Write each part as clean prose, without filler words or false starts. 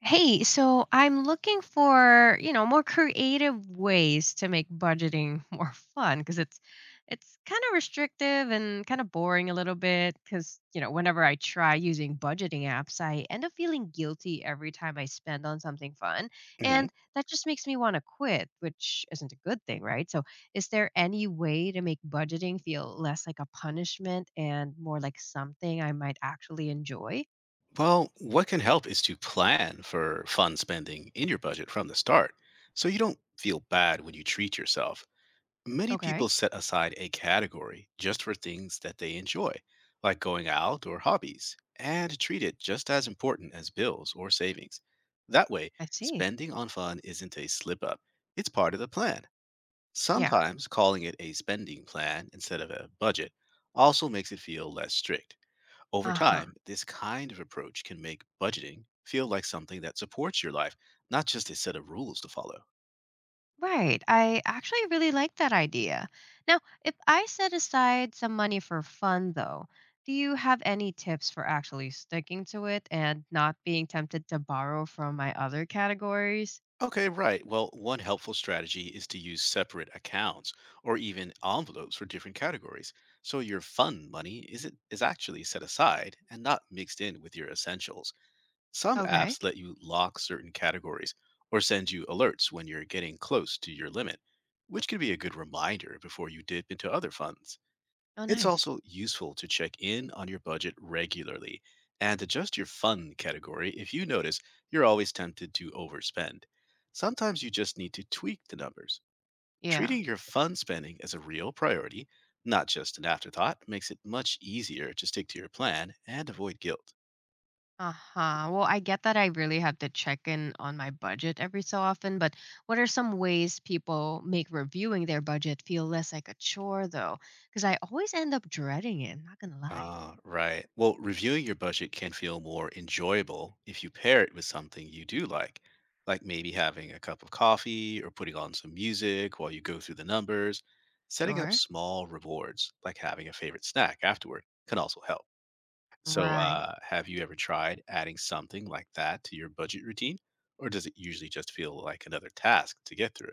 Hey, so I'm looking for, more creative ways to make budgeting more fun because it's kind of restrictive and kind of boring a little bit because, whenever I try using budgeting apps, I end up feeling guilty every time I spend on something fun, Mhm. and that just makes me want to quit, which isn't a good thing, right? So, is there any way to make budgeting feel less like a punishment and more like something I might actually enjoy? Well, what can help is to plan for fun spending in your budget from the start so you don't feel bad when you treat yourself. Many Okay. people set aside a category just for things that they enjoy, like going out or hobbies, and treat it just as important as bills or savings. That way, I see. spending on fun isn't a slip up, it's part of the plan. Yeah. Sometimes calling it a spending plan instead of a budget also makes it feel less strict. Over Uh-huh. time, this kind of approach can make budgeting feel like something that supports your life, not just a set of rules to follow. Right. I actually really like that idea. Now, if I set aside some money for fun, though, do you have any tips for actually sticking to it and not being tempted to borrow from my other categories? Okay, right. Well, one helpful strategy is to use separate accounts or even envelopes for different categories. So your fun money is actually set aside and not mixed in with your essentials. Some Okay. apps let you lock certain categories or send you alerts when you're getting close to your limit, which can be a good reminder before you dip into other funds. Oh, It's nice. also useful to check in on your budget regularly and adjust your fun category if you notice you're always tempted to overspend. Sometimes you just need to tweak the numbers. Yeah. Treating your fun spending as a real priority, not just an afterthought, makes it much easier to stick to your plan and avoid guilt. Uh huh. Well, I get that I really have to check in on my budget every so often, but what are some ways people make reviewing their budget feel less like a chore, though? Because I always end up dreading it, not going to lie. Ah, right. Well, reviewing your budget can feel more enjoyable if you pair it with something you do like maybe having a cup of coffee or putting on some music while you go through the numbers. Setting up Sure. small rewards, like having a favorite snack afterward, can also help. So, Right. uh, have you ever tried adding something like that to your budget routine? Or does it usually just feel like another task to get through?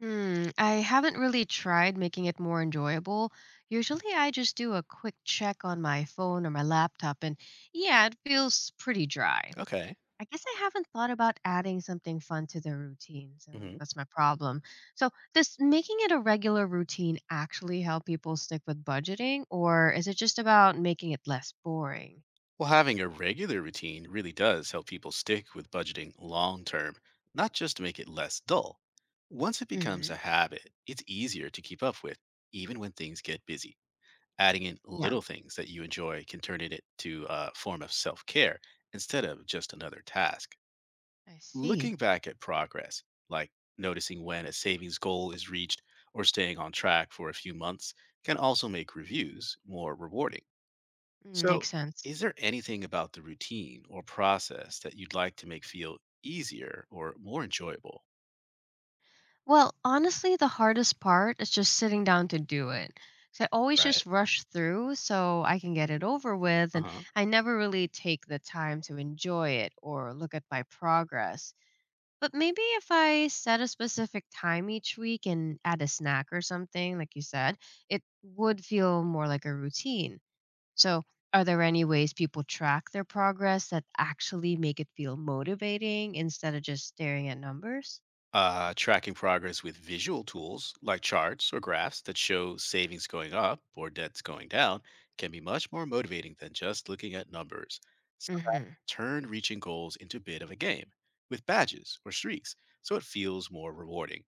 Hmm, I haven't really tried making it more enjoyable. Usually I just do a quick check on my phone or my laptop, and yeah, it feels pretty dry. Okay. I guess I haven't thought about adding something fun to the routine, so hmm that's my problem. So, does making it a regular routine actually help people stick with budgeting, or is it just about making it less boring? Well, having a regular routine really does help people stick with budgeting long term, not just to make it less dull. Once it becomes Hmm. a habit, it's easier to keep up with, even when things get busy. Adding in Yeah, little things that you enjoy can turn it into a form of self care instead of just another task. I see. Looking back at progress, like noticing when a savings goal is reached or staying on track for a few months, can also make reviews more rewarding. Mm, So, makes sense. is there anything about the routine or process that you'd like to make feel easier or more enjoyable? Well, honestly, the hardest part is just sitting down to do it. 'Cause I always just Right. rush through so I can get it over with, Uh and huh. I never really take the time to enjoy it or look at my progress. But maybe if I set a specific time each week and add a snack or something, like you said, it would feel more like a routine. So, are there any ways people track their progress that actually make it feel motivating instead of just staring at numbers? Tracking progress with visual tools like charts or graphs that show savings going up or debts going down can be much more motivating than just looking at numbers. Some Mm-hmm. turn reaching goals into a bit of a game with badges or streaks, so it feels more rewarding.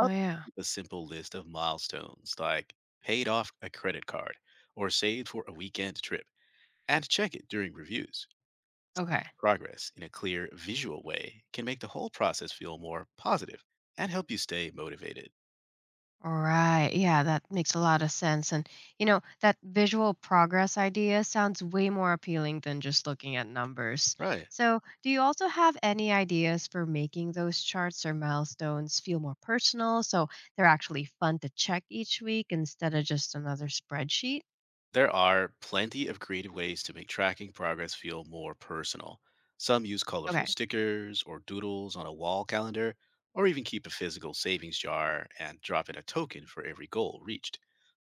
Oh, yeah. Keep a simple list of milestones like paid off a credit card or saved for a weekend trip and check it during reviews. Okay. Progress in a clear visual way can make the whole process feel more positive and help you stay motivated. Right. Yeah, that makes a lot of sense. And, that visual progress idea sounds way more appealing than just looking at numbers. Right. So, do you also have any ideas for making those charts or milestones feel more personal so they're actually fun to check each week instead of just another spreadsheet? There are plenty of creative ways to make tracking progress feel more personal. Some use colorful Okay. stickers or doodles on a wall calendar, or even keep a physical savings jar and drop in a token for every goal reached.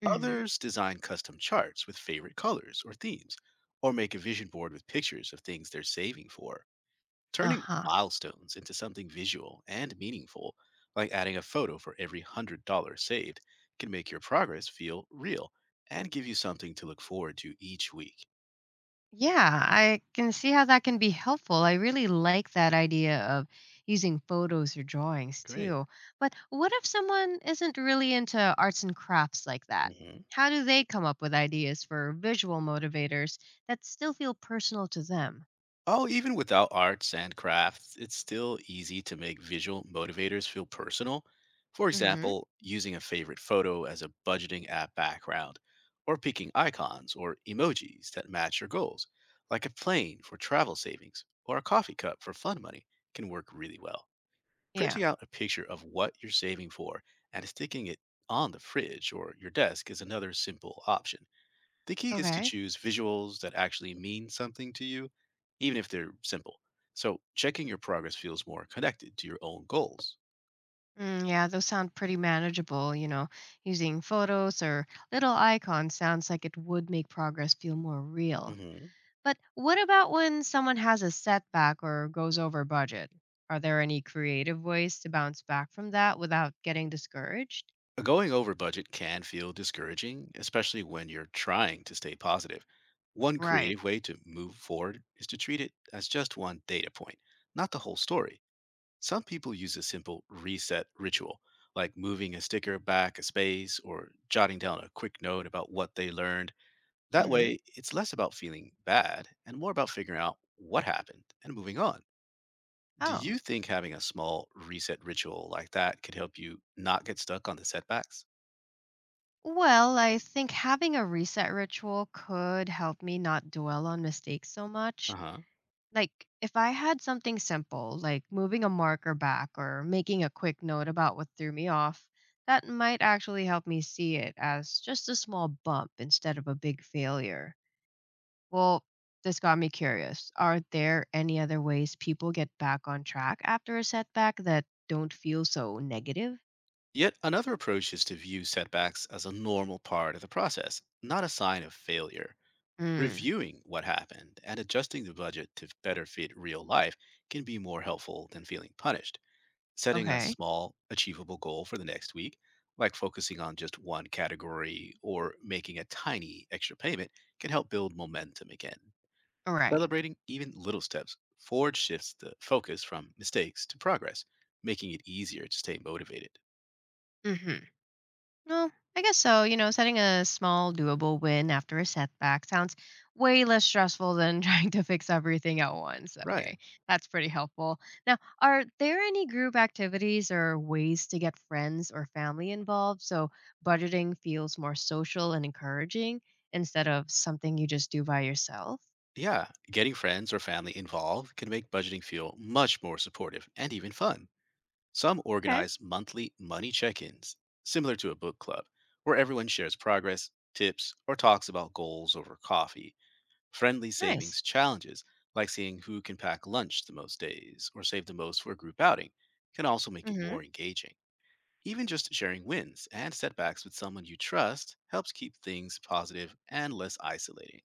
Hmm. Others design custom charts with favorite colors or themes, or make a vision board with pictures of things they're saving for, Uh turning huh. milestones into something visual and meaningful, like adding a photo for every $100 saved can make your progress feel real and give you something to look forward to each week. Yeah, I can see how that can be helpful. I really like that idea of using photos or drawings Great. too. But what if someone isn't really into arts and crafts like that? Mhm. How do they come up with ideas for visual motivators that still feel personal to them? Oh, even without arts and crafts, it's still easy to make visual motivators feel personal. For Hmm. example, using a favorite photo as a budgeting app background, or picking icons or emojis that match your goals, like a plane for travel savings or a coffee cup for fun money, can work really well. Yeah. Printing out a picture of what you're saving for and sticking it on the fridge or your desk is another simple option. The key is to Okay. choose visuals that actually mean something to you, even if they're simple. So checking your progress feels more connected to your own goals. Mm, yeah, those sound pretty manageable. Using photos or little icons sounds like it would make progress feel more real. hmm But what about when someone has a setback or goes over budget? Are there any creative ways to bounce back from that without getting discouraged? Going over budget can feel discouraging, especially when you're trying to stay positive. One Right. creative way to move forward is to treat it as just one data point, not the whole story. Some people use a simple reset ritual, like moving a sticker back a space or jotting down a quick note about what they learned. That Hmm. way, it's less about feeling bad and more about figuring out what happened and moving on. Do Oh. you think having a small reset ritual like that could help you not get stuck on the setbacks? Well, I think having a reset ritual could help me not dwell on mistakes so much. Uh huh. Like, if I had something simple, like moving a marker back or making a quick note about what threw me off, that might actually help me see it as just a small bump instead of a big failure. Well, this got me curious. Are there any other ways people get back on track after a setback that don't feel so negative? Yet another approach is to view setbacks as a normal part of the process, not a sign of failure. Mm, Reviewing what happened and adjusting the budget to better fit real life can be more helpful than feeling punished. Setting a okay. small, achievable goal for the next week, like focusing on just one category or making a tiny extra payment, can help build momentum again. All right. Celebrating even little steps forward shifts the focus from mistakes to progress, making it easier to stay motivated. Mm-hmm. Well, I guess so. Setting a small, doable win after a setback sounds way less stressful than trying to fix everything at once. Right. Okay, that's pretty helpful. Now, are there any group activities or ways to get friends or family involved so budgeting feels more social and encouraging instead of something you just do by yourself? Yeah. Getting friends or family involved can make budgeting feel much more supportive and even fun. Some Okay, organize monthly money check ins, similar to a book club, where everyone shares progress, tips, or talks about goals over coffee. Friendly nice. savings challenges, like seeing who can pack lunch the most days or save the most for a group outing, can also make Mm it hmm. more engaging. Even just sharing wins and setbacks with someone you trust helps keep things positive and less isolating.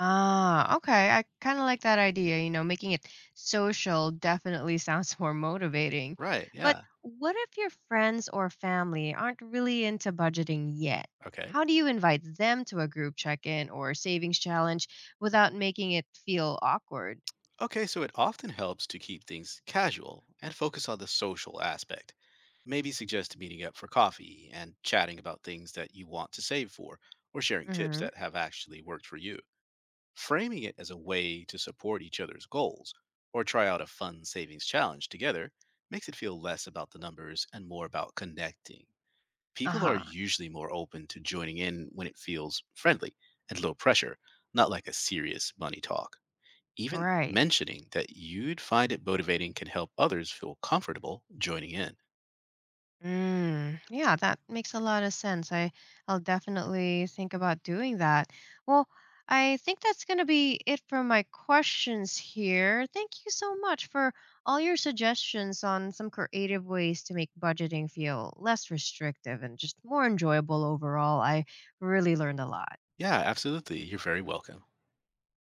Ah, okay. I kind of like that idea. Making it social definitely sounds more motivating. Right, But yeah. what if your friends or family aren't really into budgeting yet? Okay. How do you invite them to a group check in or savings challenge without making it feel awkward? Okay, so it often helps to keep things casual and focus on the social aspect. Maybe suggest meeting up for coffee and chatting about things that you want to save for, or sharing tips Hmm. that have actually worked for you. Framing it as a way to support each other's goals, or try out a fun savings challenge together, makes it feel less about the numbers and more about connecting. Uh People are huh. usually more open to joining in when it feels friendly and low pressure, not like a serious money talk. Even Right. mentioning that you'd find it motivating can help others feel comfortable joining in. Mm, yeah, that makes a lot of sense. I'll definitely think about doing that. Well, I think that's going to be it for my questions here. Thank you so much for all your suggestions on some creative ways to make budgeting feel less restrictive and just more enjoyable overall. I really learned a lot. Yeah, absolutely. You're very welcome.